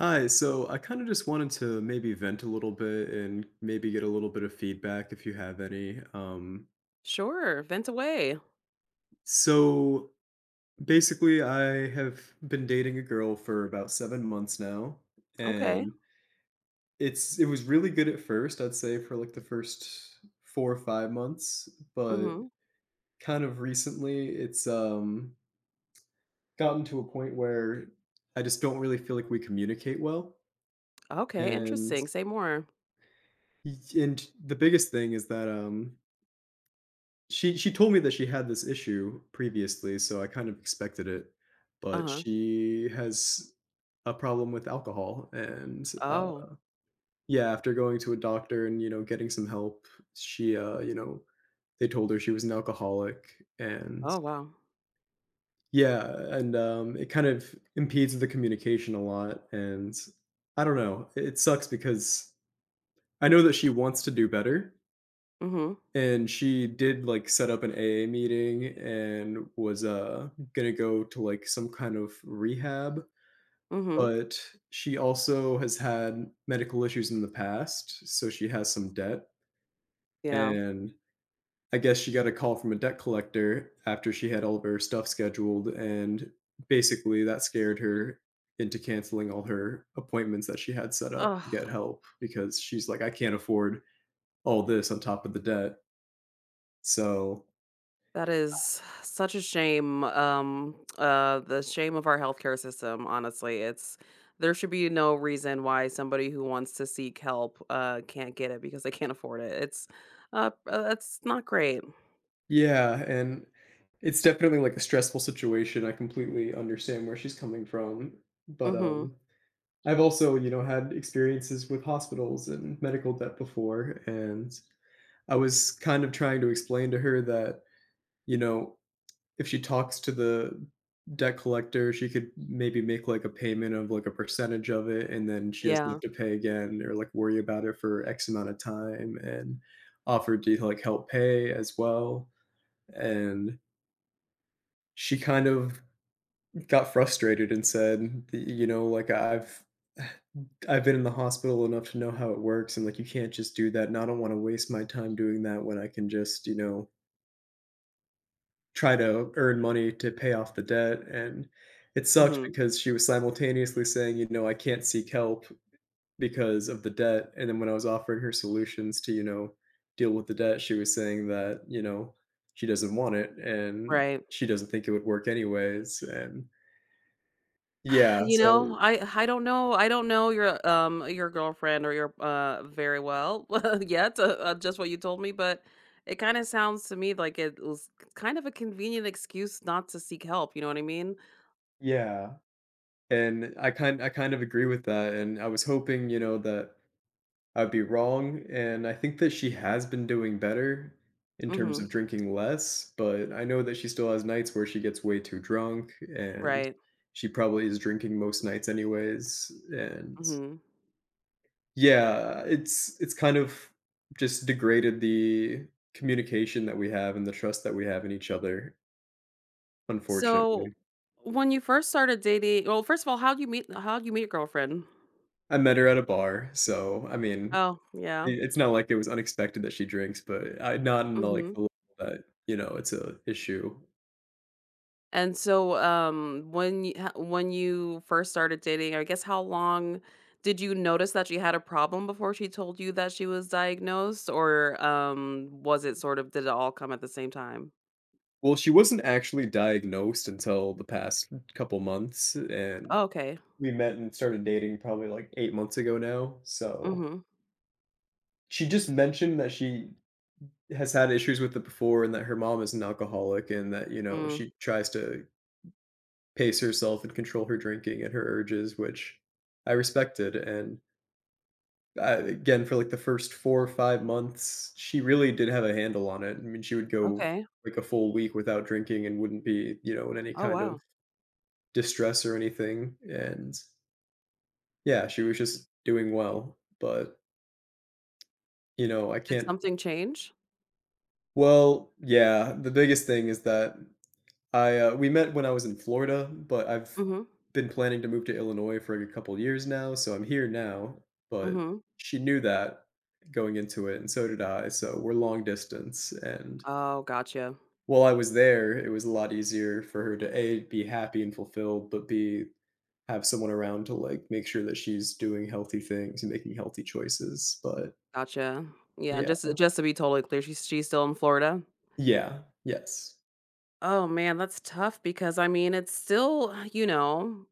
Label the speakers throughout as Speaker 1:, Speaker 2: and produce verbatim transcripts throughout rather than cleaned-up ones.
Speaker 1: Hi, so I kind of just wanted to maybe vent a little bit and maybe get a little bit of feedback if you have any. Um,
Speaker 2: Sure, vent away.
Speaker 1: so basically, I have been dating a girl for about seven months now,
Speaker 2: Okay.
Speaker 1: and it's it was really good at first, I'd say for like the first four or five months, but
Speaker 2: Mhm.
Speaker 1: kind of recently it's um gotten to a point where I just don't really feel like we communicate well.
Speaker 2: Okay,
Speaker 1: And
Speaker 2: interesting. Say more.
Speaker 1: y- and the biggest thing is that um She she told me that she had this issue previously, so I kind of expected it, but
Speaker 2: Uh-huh.
Speaker 1: she has a problem with alcohol, and, uh
Speaker 2: Oh.
Speaker 1: yeah, after going to a doctor and, you know, getting some help, she, uh, you know they told her she was an alcoholic, and
Speaker 2: Oh, wow.
Speaker 1: yeah, and, um, it kind of impedes the communication a lot, and I don't know, it sucks because I know that she wants to do better,
Speaker 2: Mhm.
Speaker 1: and she did like set up an A A meeting and was uh gonna go to like some kind of rehab,
Speaker 2: Mhm.
Speaker 1: but she also has had medical issues in the past, so she has some debt.
Speaker 2: Yeah.
Speaker 1: And I guess she got a call from a debt collector after she had all of her stuff scheduled, and basically that scared her into canceling all her appointments that she had set up to
Speaker 2: Oh,
Speaker 1: get help because she's like, I can't afford all this on top of the debt. So
Speaker 2: that is such a shame, um, uh, the shame of our healthcare system, honestly. It's There should be no reason why somebody who wants to seek help, uh, can't get it because they can't afford it. It's, uh, uh, it's not great.
Speaker 1: yeah, and it's definitely, like, a stressful situation. I completely understand where she's coming from, but,
Speaker 2: Mhm.
Speaker 1: um, I've also, you know, had experiences with hospitals and medical debt before, and I was kind of trying to explain to her that, you know if she talks to the debt collector, she could maybe make like a payment of like a percentage of it, and then she doesn't have
Speaker 2: Yeah.
Speaker 1: to pay again or like worry about it for X amount of time, and offered to like help pay as well. And she kind of got frustrated and said, you know, like I've I've been in the hospital enough to know how it works, and like you can't just do that. And I don't want to waste my time doing that when I can just, you know, try to earn money to pay off the debt, and it sucked
Speaker 2: Mhm.
Speaker 1: because she was simultaneously saying, you know, "I can't seek help because of the debt," and then when I was offering her solutions to, you know, deal with the debt, she was saying that, you know, she doesn't want it, and
Speaker 2: Right.
Speaker 1: she doesn't think it would work anyways, and yeah,
Speaker 2: You
Speaker 1: so
Speaker 2: know, I I don't know, I don't know your, um, your girlfriend or your, uh, very well yet, uh, uh, just what you told me, but it kinda sounds to me like it was kind of a convenient excuse not to seek help, you know what I mean?
Speaker 1: yeah, and I kind I kind of agree with that, and I was hoping, you know, that I'd be wrong, and I think that she has been doing better in terms
Speaker 2: Mhm.
Speaker 1: of drinking less, but I know that she still has nights where she gets way too drunk, and
Speaker 2: Right.
Speaker 1: she probably is drinking most nights anyways, and
Speaker 2: Mhm.
Speaker 1: yeah, it's it's kind of just degraded the communication that we have and the trust that we have in each other,
Speaker 2: So,
Speaker 1: unfortunately.
Speaker 2: when you first started dating, well, first of all, how'd you meet, how'd you meet your girlfriend?
Speaker 1: I met her at a bar, so, I mean,
Speaker 2: Oh,
Speaker 1: I
Speaker 2: yeah.
Speaker 1: it's not like it was unexpected that she drinks, but I not in the, like,
Speaker 2: Mhm.
Speaker 1: the level that, you know, it's a issue.
Speaker 2: And so, um, when you when you first started dating, I guess how long did you notice that she had a problem before she told you that she was diagnosed, or, um, was it sort of, did it all come at the same time?
Speaker 1: Well, she wasn't actually diagnosed until the past couple months, and
Speaker 2: Oh, okay.
Speaker 1: we met and started dating probably, like, eight months ago now, so
Speaker 2: Mhm.
Speaker 1: she just mentioned that she has had issues with it before and that her mom is an alcoholic and that, you know,
Speaker 2: Mm,
Speaker 1: she tries to pace herself and control her drinking and her urges, which I respected, and, uh, again, for, like, the first four or five months, she really did have a handle on it. I mean, she would go,
Speaker 2: okay.
Speaker 1: like, a full week without drinking and wouldn't be, you know, in any
Speaker 2: Oh,
Speaker 1: kind of
Speaker 2: wow.
Speaker 1: distress or anything. And yeah, she was just doing well. But, you know, I
Speaker 2: Did
Speaker 1: can't.
Speaker 2: something change?
Speaker 1: Well, yeah, the biggest thing is that I uh, we met when I was in Florida, but I've
Speaker 2: Mhm.
Speaker 1: been planning to move to Illinois for a couple years now, so I'm here now. But
Speaker 2: Mhm.
Speaker 1: she knew that going into it, and so did I. So we're long distance, and
Speaker 2: Oh, gotcha.
Speaker 1: while I was there, it was a lot easier for her to a be happy and fulfilled, but b have someone around to, like, make sure that she's doing healthy things and making healthy choices, but
Speaker 2: Gotcha. Yeah, and
Speaker 1: yeah.
Speaker 2: just just to be totally clear, she's she's still in Florida?
Speaker 1: Yeah, yes.
Speaker 2: Oh, man, that's tough because, I mean, it's still, you know.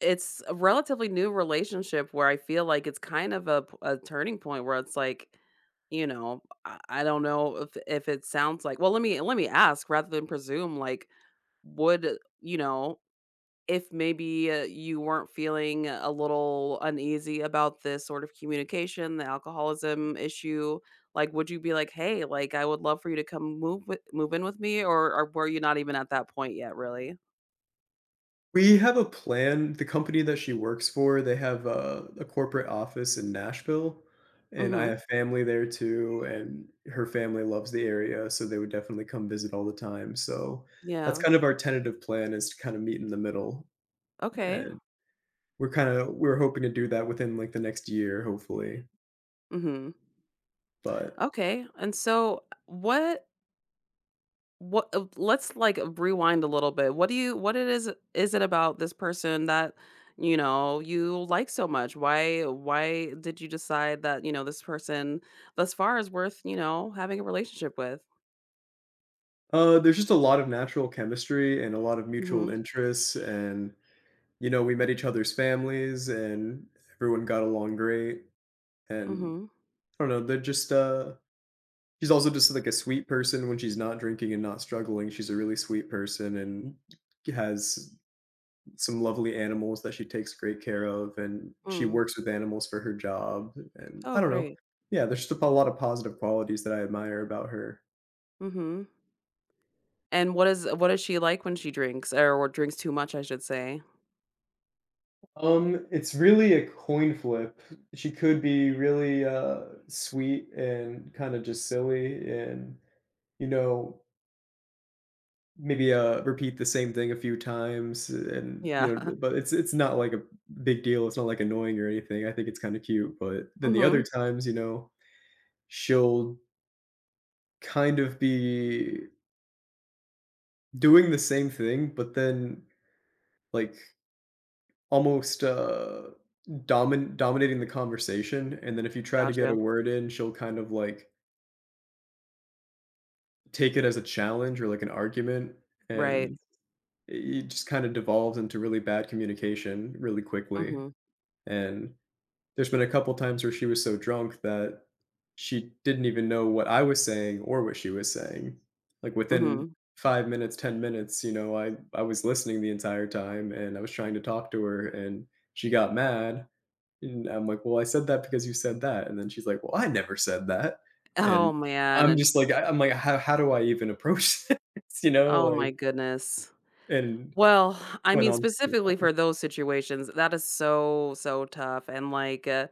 Speaker 2: It's a relatively new relationship where I feel like it's kind of a p a turning point where it's like, you know, I I don't know if if it sounds like, well, let me let me ask rather than presume, like, would, you know, if maybe, uh, you weren't feeling a little uneasy about this sort of communication, the alcoholism issue, like, would you be like, "Hey, like, I would love for you to come move with, move in with me," or or were you not even at that point yet, really?
Speaker 1: We have a plan. The company that she works for, they have a a corporate office in Nashville, and I
Speaker 2: Mhm.
Speaker 1: have family there too, and her family loves the area, so they would definitely come visit all the time, so that's
Speaker 2: Yeah.
Speaker 1: kind of our tentative plan, is to kinda meet in the middle,
Speaker 2: Okay.
Speaker 1: and we're kinda we're hoping to do that within, like, the next year, hopefully,
Speaker 2: Mhm.
Speaker 1: but
Speaker 2: Okay, and so what, what uh, let's like rewind a little bit. What do you, what it is is it about this person that, you know, you like so much? Why why did you decide that, you know, this person thus far is worth, you know, having a relationship with?
Speaker 1: Uh, there's just a lot of natural chemistry and a lot of mutual
Speaker 2: Mhm.
Speaker 1: interests, and, you know, we met each other's families, and everyone got along great, and
Speaker 2: Mhm.
Speaker 1: I don't know, they're just, uh she's also just, like, a sweet person. When she's not drinking and not struggling, she's a really sweet person and has some lovely animals that she takes great care of, and she
Speaker 2: Mm.
Speaker 1: works with animals for her job, and I
Speaker 2: Oh,
Speaker 1: don't know.
Speaker 2: great.
Speaker 1: Yeah, there's just a lot of positive qualities that I admire about her.
Speaker 2: Mhm. And what is what is she like when she drinks or, or drinks too much, I should say?
Speaker 1: Um, it's really a coin flip. She could be really uh sweet and kind of just silly and you know maybe uh repeat the same thing a few times and you
Speaker 2: Yeah.
Speaker 1: know, but it's it's not like a big deal. It's not like annoying or anything. I think it's kind of cute, but then the other
Speaker 2: Mhm.
Speaker 1: times, you know, she'll kind of be doing the same thing, but then like almost, uh, domin dominating the conversation, and then if you try to get a
Speaker 2: Gotcha.
Speaker 1: word in, she'll kind of, like, take it as a challenge or, like, an argument,
Speaker 2: Right.
Speaker 1: and it just kinda devolves into really bad communication really quickly,
Speaker 2: Mhm.
Speaker 1: and there's been a couple times where she was so drunk that she didn't even know what I was saying or what she was saying. Like, within
Speaker 2: Mhm.
Speaker 1: five minutes, ten minutes, you know, I I was listening the entire time, and I was trying to talk to her, and she got mad. And I'm like, "Well, I said that because you said that," and then she's like, "Well, I never said that,"
Speaker 2: Oh
Speaker 1: and
Speaker 2: man.
Speaker 1: I'm
Speaker 2: And
Speaker 1: just like I I'm like, "How how do I even approach this?" You know,
Speaker 2: oh
Speaker 1: like
Speaker 2: my goodness.
Speaker 1: and
Speaker 2: Well, I
Speaker 1: went
Speaker 2: mean,
Speaker 1: on for too
Speaker 2: specifically
Speaker 1: long.
Speaker 2: for those situations, that is so, so tough, and, like, uh,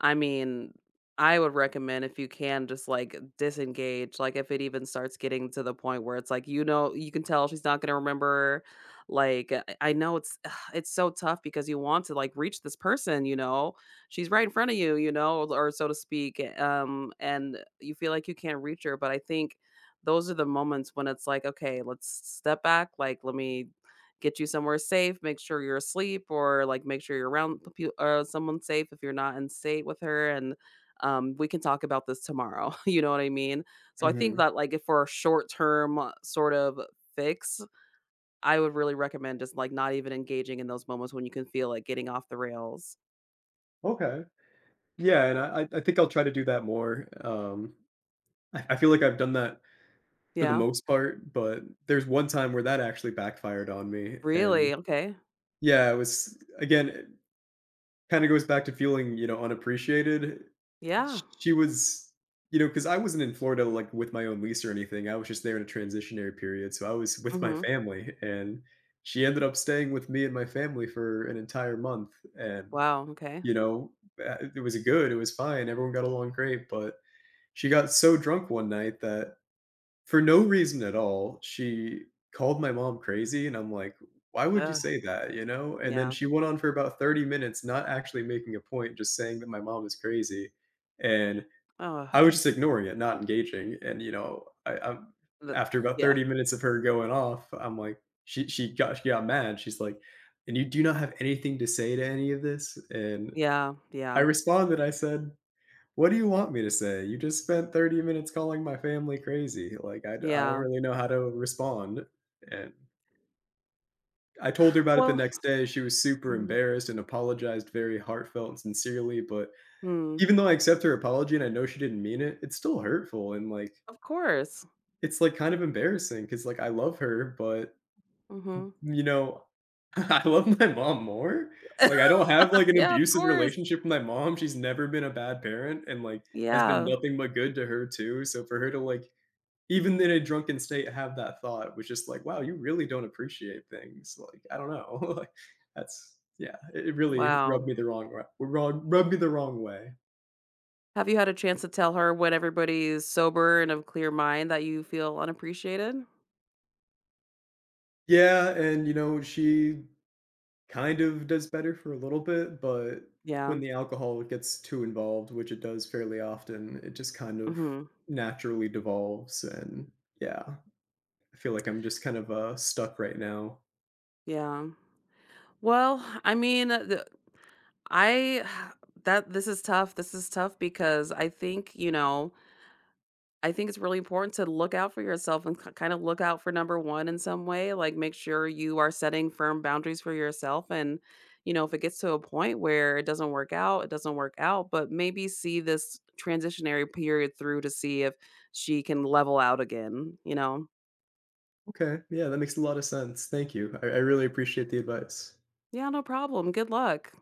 Speaker 2: I mean, I would recommend if you can just, like, disengage, like, if it even starts getting to the point where it's like, you know, you can tell she's not gonna remember, like, uh, I I know it's it's so tough because you want to, like, reach this person, you know? She's right in front of you, you know, or so to speak, eh, um, and you feel like you can't reach her, but I think those are the moments when it's like, "Okay, let's step back, like, let me get you somewhere safe, make sure you're asleep, or, like, make sure you're around the peo uh, someone safe if you're not in state with her, and, um, we can talk about this tomorrow," you know what I mean? So I think
Speaker 1: Mhm.
Speaker 2: that, like, if for a short-term sort of fix, I would really recommend just, like, not even engaging in those moments when you can feel like getting off the rails.
Speaker 1: Okay. Yeah, and I I I think I'll try to do that more, um, I I feel like I've done that for the
Speaker 2: Yeah.
Speaker 1: most part, but there's one time where that actually backfired on me, and
Speaker 2: Really? Okay.
Speaker 1: yeah, it was again kinda goes back to feeling, you know, unappreciated.
Speaker 2: Yeah.
Speaker 1: She was you know, because I wasn't in Florida, like, with my own lease or anything, I was just there in a transitionary period, so I was with my
Speaker 2: Mhm.
Speaker 1: family, and she ended up staying with me and my family for an entire month, and,
Speaker 2: Wow, okay.
Speaker 1: you know, uh, it was good, it was fine, everyone got along great, but she got so drunk one night that for no reason at all, she called my mom crazy, and I'm like, "Why would you
Speaker 2: Ugh,
Speaker 1: say that?" You know? And then
Speaker 2: yeah.
Speaker 1: she went on for about thirty minutes not actually making a point, just saying that my mom is crazy, and
Speaker 2: Oh,
Speaker 1: I was just ignoring it, not engaging, and, you know, I I'm after about
Speaker 2: yeah.
Speaker 1: thirty minutes of her going off, I'm like she she got she got mad, she's like, "And you do not have anything to say to any of this?" And
Speaker 2: Yeah,
Speaker 1: I
Speaker 2: yeah,
Speaker 1: responded, I said, what do you want me to say? You just spent thirty minutes calling my family crazy. Like, I d I don't
Speaker 2: yeah.
Speaker 1: really know how to respond, and I told her about it the
Speaker 2: Well,
Speaker 1: next day. She was super
Speaker 2: mhm.
Speaker 1: embarrassed and apologized very heartfelt and sincerely, but
Speaker 2: Hmm.
Speaker 1: even though I accept her apology and I know she didn't mean it, it's still hurtful and, like,
Speaker 2: Of course.
Speaker 1: it's, like, kind of embarrassing. Cause like, I love her, but,
Speaker 2: Mhm.
Speaker 1: you know, I love my mom more. Like, I don't have, like, an
Speaker 2: Yeah, of
Speaker 1: abusive
Speaker 2: course.
Speaker 1: relationship with my mom. She's never been a bad parent and, like, has been
Speaker 2: Yeah.
Speaker 1: nothing but good to her too, so for her to, like, even in a drunken state have that thought was just like, wow, you really don't appreciate things. Like, I don't know like that's yeah it it really rubbed
Speaker 2: Wow.
Speaker 1: me the wrong wa- wrong rubbed me the wrong way.
Speaker 2: Have you had a chance to tell her when everybody's sober and of clear mind that you feel unappreciated?
Speaker 1: Yeah, and you know she kind of does better for a little bit, but
Speaker 2: Yeah.
Speaker 1: when the alcohol gets too involved, which it does fairly often, it just kind of
Speaker 2: Mhm.
Speaker 1: naturally devolves, and yeah, I feel like I'm just kind of uh stuck right now.
Speaker 2: Yeah. Well, I mean, uh, the I that this is tough. This is tough because I think, you know, I think it's really important to look out for yourself and k kind of look out for number one in some way, like, make sure you are setting firm boundaries for yourself and, you know, if it gets to a point where it doesn't work out, it doesn't work out, but maybe see this transitionary period through to see if she can level out again, you know?
Speaker 1: Okay, yeah, that makes a lot of sense. Thank you, i, I really appreciate the advice.
Speaker 2: "Yeah, no problem, good luck."